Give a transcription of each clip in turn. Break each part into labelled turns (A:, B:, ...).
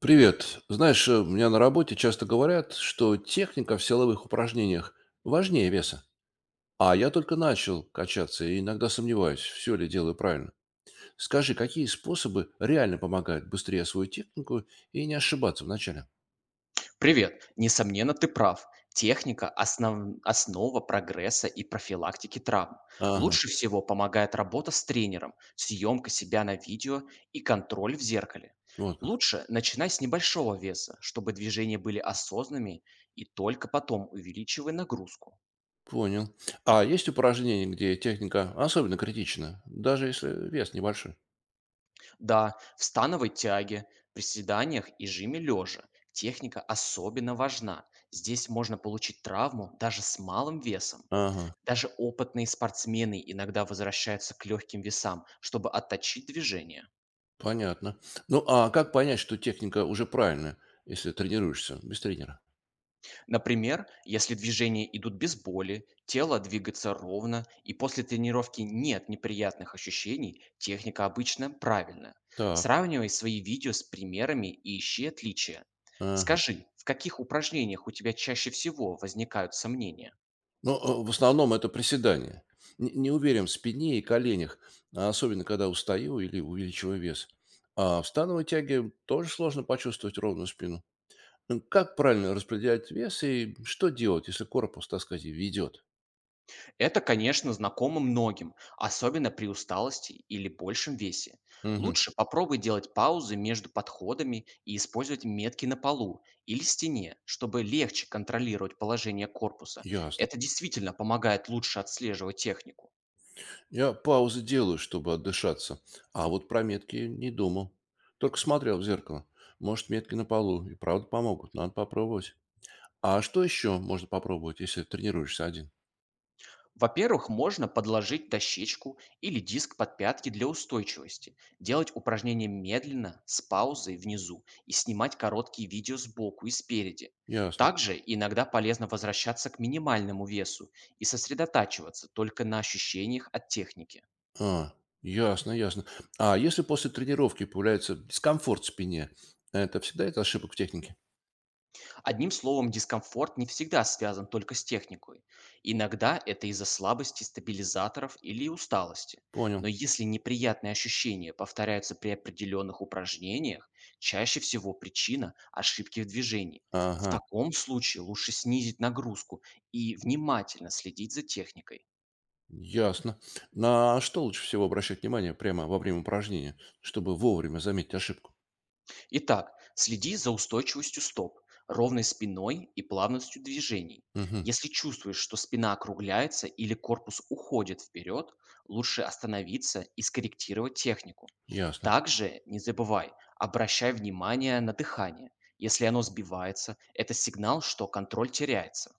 A: Привет. Знаешь, у меня на работе часто говорят, что техника в силовых упражнениях важнее веса. А я только начал качаться и иногда сомневаюсь, все ли делаю правильно. Скажи, какие способы реально помогают быстрее освоить технику и не ошибаться вначале?
B: Привет. Несомненно, ты прав. Техника – основа прогресса и профилактики травм.
A: Ага,
B: Лучше всего помогает работа с тренером, съемка себя на видео и контроль в зеркале.
A: вот как.
B: Лучше начинай с небольшого веса, чтобы движения были осознанными и только потом увеличивай нагрузку.
A: Понял. А есть упражнения, где техника особенно критична, даже если вес небольшой?
B: Да, в становой тяге, приседаниях и жиме лежа техника особенно важна. Здесь можно получить травму даже с малым весом.
A: Ага,
B: Даже опытные спортсмены иногда возвращаются к легким весам, чтобы отточить движение.
A: понятно. Ну, а как понять, что техника уже правильная, если тренируешься без тренера?
B: Например, если движения идут без боли, тело двигается ровно и после тренировки нет неприятных ощущений, техника обычно правильная.
A: Так,
B: Сравнивай свои видео с примерами и ищи отличия.
A: ага.
B: Скажи, в каких упражнениях у тебя чаще всего возникают сомнения?
A: Но, в основном это приседания. Не уверен в спине и коленях, а особенно когда устаю или увеличиваю вес. А в становой тяге тоже сложно почувствовать ровную спину. Как правильно распределять вес и что делать, если корпус, так сказать, ведет?
B: Это, конечно, знакомо многим, особенно при усталости или большем весе.
A: Мгм,
B: Лучше попробуй делать паузы между подходами и использовать метки на полу или стене, чтобы легче контролировать положение корпуса.
A: ясно.
B: Это действительно помогает лучше отслеживать технику.
A: Я паузы делаю, чтобы отдышаться, а вот про метки не думал. Только смотрел в зеркало. Может, метки на полу и правда помогут, надо попробовать. А что еще можно попробовать, если тренируешься один?
B: Во-первых, можно подложить дощечку или диск под пятки для устойчивости, делать упражнения медленно, с паузой внизу и снимать короткие видео сбоку и спереди.
A: Ясно.
B: Также иногда полезно возвращаться к минимальному весу и сосредотачиваться только на ощущениях от техники.
A: А, ясно, ясно. А если после тренировки появляется дискомфорт в спине, это всегда это ошибок в технике?
B: Одним словом, дискомфорт не всегда связан только с техникой. Иногда это из-за слабости стабилизаторов или усталости.
A: Понял.
B: Но если неприятные ощущения повторяются при определенных упражнениях, чаще всего причина – ошибки в движении. В
A: Ага,
B: таком случае лучше снизить нагрузку и внимательно следить за техникой.
A: ясно. На что лучше всего обращать внимание прямо во время упражнения, чтобы вовремя заметить ошибку?
B: Итак, следи за устойчивостью стоп, ровной спиной и плавностью движений.
A: Угу,
B: Если чувствуешь, что спина округляется или корпус уходит вперед, лучше остановиться и скорректировать технику.
A: ясно.
B: Также не забывай, обращай внимание на дыхание. Если оно сбивается, это сигнал, что контроль теряется.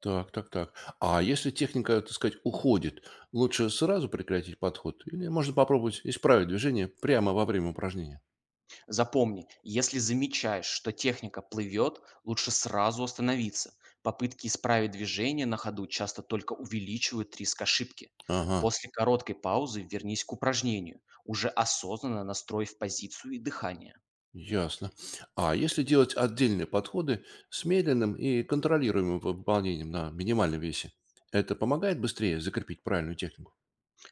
A: Так, так, так. А если техника, так сказать, уходит, лучше сразу прекратить подход или можно попробовать исправить движение прямо во время упражнения?
B: Запомни, если замечаешь, что техника плывет, лучше сразу остановиться. Попытки исправить движение на ходу часто только увеличивают риск ошибки.
A: Ага,
B: После короткой паузы вернись к упражнению, уже осознанно настроив позицию и дыхание.
A: ясно. А если делать отдельные подходы с медленным и контролируемым выполнением на минимальном весе, это помогает быстрее закрепить правильную технику?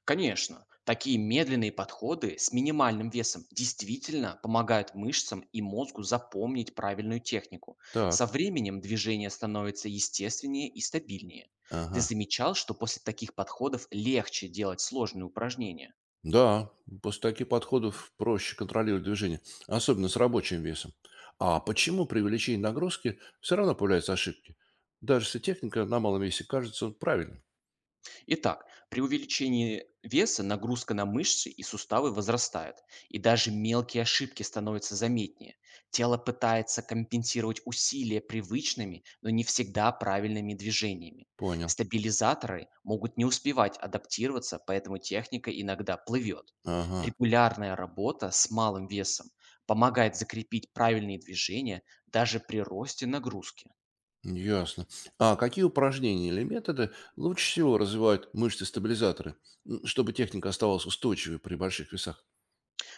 B: Конечно, такие медленные подходы с минимальным весом действительно помогают мышцам и мозгу запомнить правильную технику. Со
A: Так.
B: временем движение становится естественнее и стабильнее. Ты
A: Ага.
B: замечал, что после таких подходов легче делать сложные упражнения?
A: Да, после таких подходов проще контролировать движение, особенно с рабочим весом. А почему при увеличении нагрузки все равно появляются ошибки? Даже если техника на малом весе кажется правильной.
B: Итак, при увеличении веса нагрузка на мышцы и суставы возрастает, и даже мелкие ошибки становятся заметнее. Тело пытается компенсировать усилия привычными, но не всегда правильными движениями.
A: Понял.
B: Стабилизаторы могут не успевать адаптироваться, поэтому техника иногда плывет.
A: Ага.
B: Регулярная работа с малым весом помогает закрепить правильные движения даже при росте нагрузки.
A: Ясно. А какие упражнения или методы лучше всего развивают мышцы-стабилизаторы, чтобы техника оставалась устойчивой при больших весах?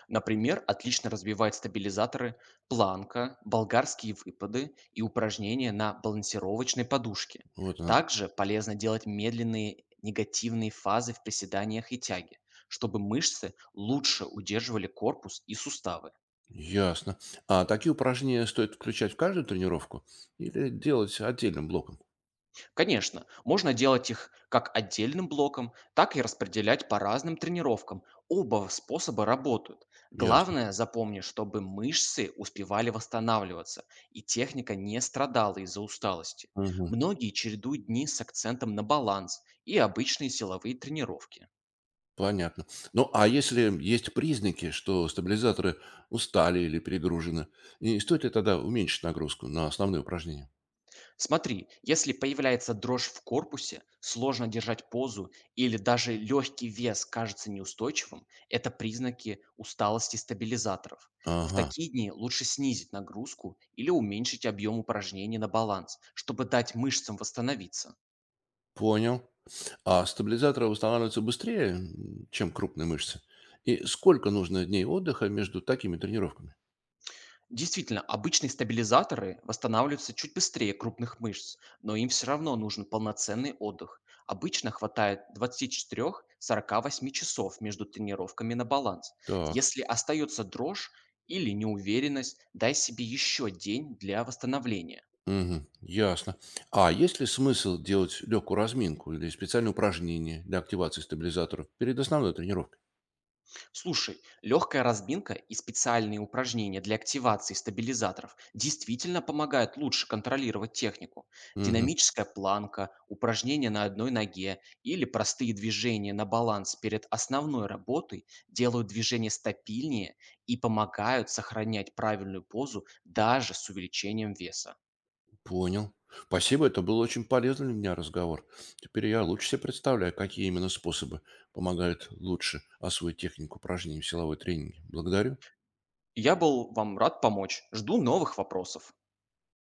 B: Например, отлично развивает стабилизаторы планка, болгарские выпады и упражнения на балансировочной подушке.
A: Вот она.
B: Также полезно делать медленные негативные фазы в приседаниях и тяге, чтобы мышцы лучше удерживали корпус и суставы.
A: Ясно. А такие упражнения стоит включать в каждую тренировку или делать отдельным блоком?
B: Конечно, можно делать их как отдельным блоком, так и распределять по разным тренировкам. Оба способа работают.
A: Ясно.
B: Главное, запомни, чтобы мышцы успевали восстанавливаться, и техника не страдала из-за усталости.
A: Мгм.
B: Многие чередуют дни с акцентом на баланс и обычные силовые тренировки.
A: Понятно. Ну, а если есть признаки, что стабилизаторы устали или перегружены, и стоит ли тогда уменьшить нагрузку на основные упражнения?
B: Смотри, если появляется дрожь в корпусе, сложно держать позу или даже легкий вес кажется неустойчивым, это признаки усталости стабилизаторов. В
A: Ага,
B: такие дни лучше снизить нагрузку или уменьшить объем упражнений на баланс, чтобы дать мышцам восстановиться.
A: понял. А стабилизаторы восстанавливаются быстрее, чем крупные мышцы? И сколько нужно дней отдыха между такими тренировками?
B: Действительно, обычные стабилизаторы восстанавливаются чуть быстрее крупных мышц, но им все равно нужен полноценный отдых. Обычно хватает 24-48 часов между тренировками на баланс.
A: Так,
B: Если остается дрожь или неуверенность, дай себе еще день для восстановления.
A: мгм, ясно. А есть ли смысл делать легкую разминку или специальные упражнения для активации стабилизаторов перед основной тренировкой?
B: Слушай, легкая разминка и специальные упражнения для активации стабилизаторов действительно помогают лучше контролировать технику.
A: Мгм,
B: Динамическая планка, упражнения на одной ноге или простые движения на баланс перед основной работой делают движение стабильнее и помогают сохранять правильную позу даже с увеличением веса.
A: понял. Спасибо, это был очень полезный для меня разговор. Теперь я лучше себе представляю, какие именно способы помогают лучше освоить технику упражнений в силовой тренинге. Благодарю.
B: Я был вам рад помочь. Жду новых вопросов.